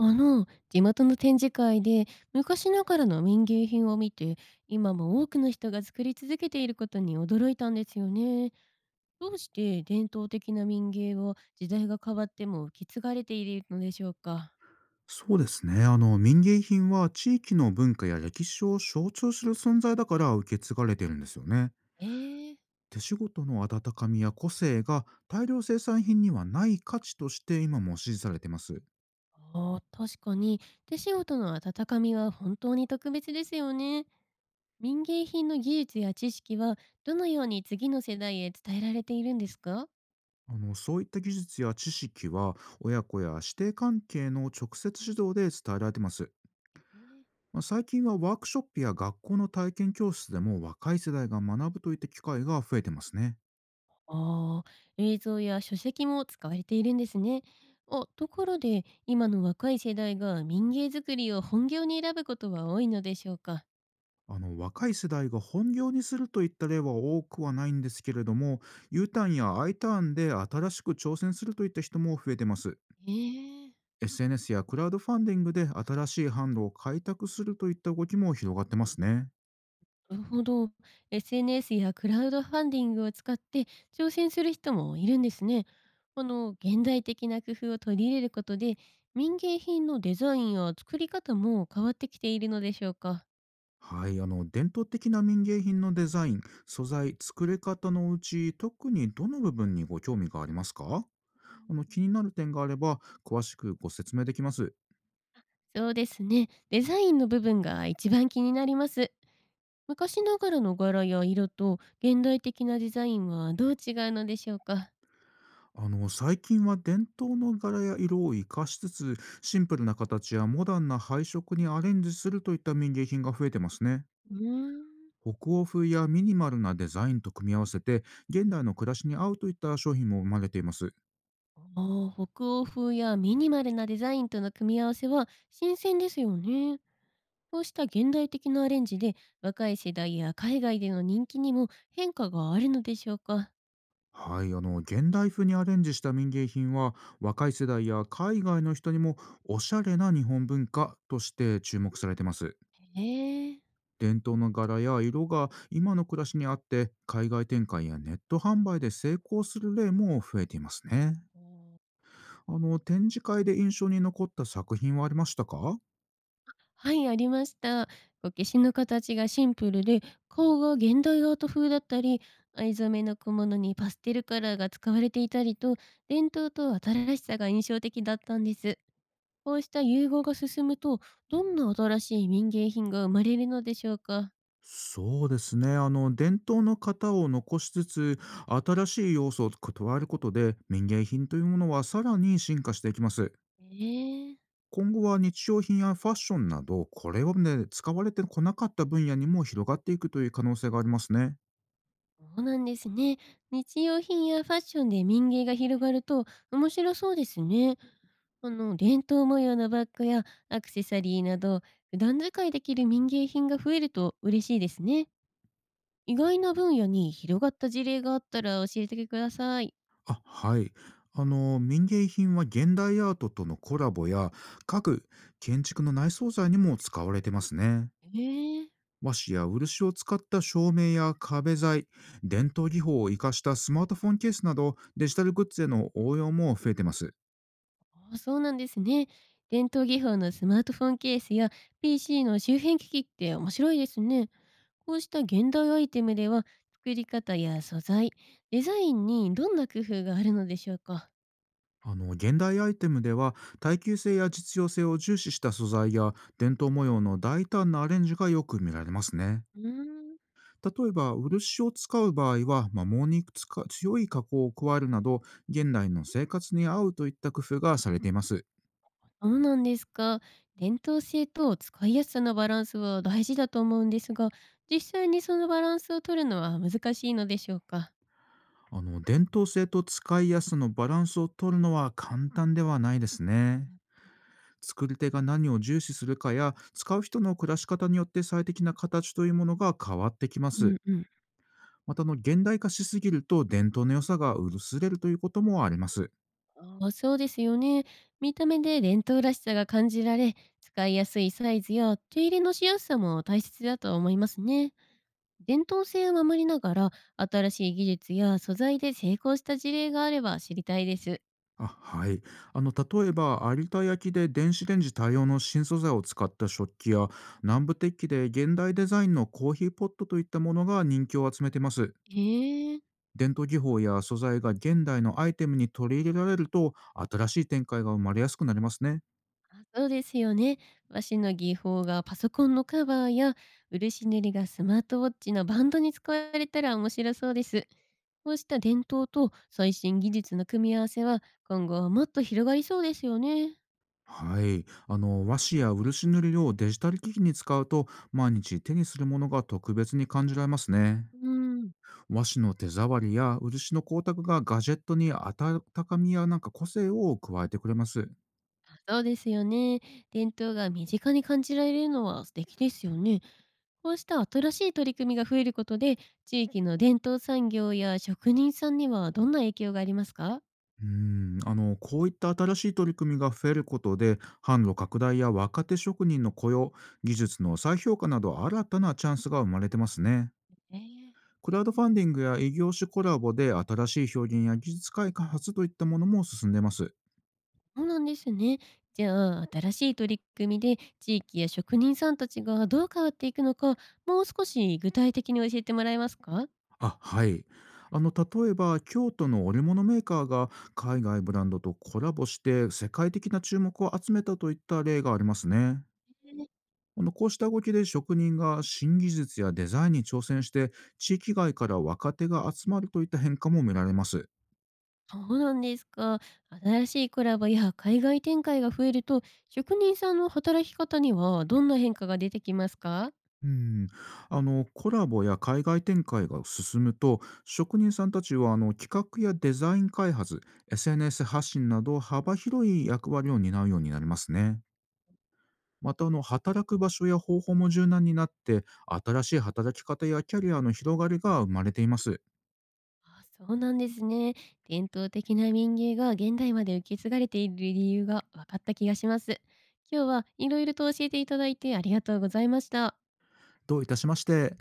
地元の展示会で昔ながらの民芸品を見て、今も多くの人が作り続けていることに驚いたんですよね。どうして伝統的な民芸を時代が変わっても受け継がれているのでしょうか？そうですね。民芸品は地域の文化や歴史を象徴する存在だから受け継がれてるんですよね。ええ。手仕事の温かみや個性が大量生産品にはない価値として今も支持されてます。あー、確かに手仕事の温かみは本当に特別ですよね。民芸品の技術や知識はどのように次の世代へ伝えられているんですか？そういった技術や知識は親子や師弟関係の直接指導で伝えられてます。ええ。まあ、最近はワークショップや学校の体験教室でも若い世代が学ぶといった機会が増えてますね。ああ、映像や書籍も使われているんですね。あ、ところで、今の若い世代が民芸作りを本業に選ぶことは多いのでしょうか？若い世代が本業にするといった例は多くはないんですけれども、 U ターンや I ターンで新しく挑戦するといった人も増えてます。 ええ。 SNS やクラウドファンディングで新しい販路を開拓するといった動きも広がってますね。なるほど。SNS やクラウドファンディングを使って挑戦する人もいるんですね。現代的な工夫を取り入れることで、民芸品のデザインや作り方も変わってきているのでしょうか？はい、伝統的な民芸品のデザイン、素材、作り方のうち特にどの部分にご興味がありますか？気になる点があれば詳しくご説明できます。そうですね。デザインの部分が一番気になります。昔ながらの柄や色と現代的なデザインはどう違うのでしょうか？最近は伝統の柄や色を生かしつつ、シンプルな形やモダンな配色にアレンジするといった民芸品が増えてますね。うーん。北欧風やミニマルなデザインと組み合わせて、現代の暮らしに合うといった商品も生まれています。ああ、北欧風やミニマルなデザインとの組み合わせは新鮮ですよね。こうした現代的なアレンジで若い世代や海外での人気にも変化があるのでしょうか？はい、現代風にアレンジした民芸品は若い世代や海外の人にもおしゃれな日本文化として注目されてます。ええ。伝統の柄や色が今の暮らしに合って、海外展開やネット販売で成功する例も増えていますね。展示会で印象に残った作品はありましたか？はい、ありました。こう消しの形がシンプルで、顔が現代アート風だったり、藍染めの小物にパステルカラーが使われていたりと、伝統と新しさが印象的だったんです。こうした融合が進むと、どんな新しい民芸品が生まれるのでしょうか？そうですね。伝統の型を残しつつ、新しい要素を加えることで民芸品というものはさらに進化していきます。ええ。今後は日用品やファッションなどこれまで使われてこなかった分野にも広がっていくという可能性がありますね。そうなんですね。日用品やファッションで民芸が広がると面白そうですね。伝統模様のバッグやアクセサリーなど、普段使いできる民芸品が増えると嬉しいですね。意外な分野に広がった事例があったら教えてください。あ、はい。民芸品は現代アートとのコラボや家具、建築の内装材にも使われてますね。ええ。和紙や漆を使った照明や壁材、伝統技法を生かしたスマートフォンケースなどデジタルグッズへの応用も増えてます。あ、そうなんですね。伝統技法のスマートフォンケースや PC の周辺機器って面白いですね。こうした現代アイテムでは作り方や素材、デザインにどんな工夫があるのでしょうか？現代アイテムでは耐久性や実用性を重視した素材や、伝統模様の大胆なアレンジがよく見られますね。うーん。例えば、漆を使う場合は、摩耗に使う強い加工を加えるなど、現代の生活に合うといった工夫がされています。そうなんですか。伝統性と使いやすさのバランスは大事だと思うんですが、実際にそのバランスを取るのは難しいのでしょうか？伝統性と使いやすさのバランスを取るのは簡単ではないですね。作り手が何を重視するかや、使う人の暮らし方によって最適な形というものが変わってきまうす。んうん。また、現代化しすぎると伝統の良さが薄れるということもあります。ああ、そうですよね。見た目で伝統らしさが感じられ、使いやすいサイズや手入れのしやすさも大切だと思いますね。伝統性を守りながら、新しい技術や素材で成功した事例があれば知りたいです。あ、はい。例えば、有田焼で電子レンジ対応の新素材を使った食器や、南部鉄器で現代デザインのコーヒーポットといったものが人気を集めてます。へえ。伝統技法や素材が現代のアイテムに取り入れられると、新しい展開が生まれやすくなりますね。あ、そうですよね。和紙の技法がパソコンのカバーや、漆塗りがスマートウォッチのバンドに使われたら面白そうです。こうした伝統と最新技術の組み合わせは今後はもっと広がりそうですよね。はい。和紙や漆塗りをデジタル機器に使うと、毎日手にするものが特別に感じられますね。うーん、和紙の手触りや漆の光沢がガジェットに温かみや個性を加えてくれます。そうですよね。伝統が身近に感じられるのは素敵ですよね。こうした新しい取り組みが増えることで、地域の伝統産業や職人さんにはどんな影響がありますか？うん、こういった新しい取り組みが増えることで、販路拡大や若手職人の雇用、技術の再評価など新たなチャンスが生まれてますね。ええ、クラウドファンディングや異業種コラボで新しい表現や技術開発といったものも進んでます。そうなんですね。じゃあ、新しい取り組みで地域や職人さんたちがどう変わっていくのか、もう少し具体的に教えてもらえますか？あ、はい。例えば京都の織物メーカーが海外ブランドとコラボして世界的な注目を集めたといった例がありますね。こうした動きで職人が新技術やデザインに挑戦して地域外から若手が集まるといった変化も見られます。そうなんですか。新しいクラブや海外展開が増えると、職人さんの働き方にはどんな変化が出てきますか？うん、コラボや海外展開が進むと職人さんたちは企画やデザイン開発、 SNS 発信など幅広い役割を担うようになりますね。また、働く場所や方法も柔軟になって、新しい働き方やキャリアの広がりが生まれています。あ、そうなんですね。伝統的な民芸が現代まで受け継がれている理由が分かった気がします。今日はいろいろと教えていただいてありがとうございました。どういたしまして。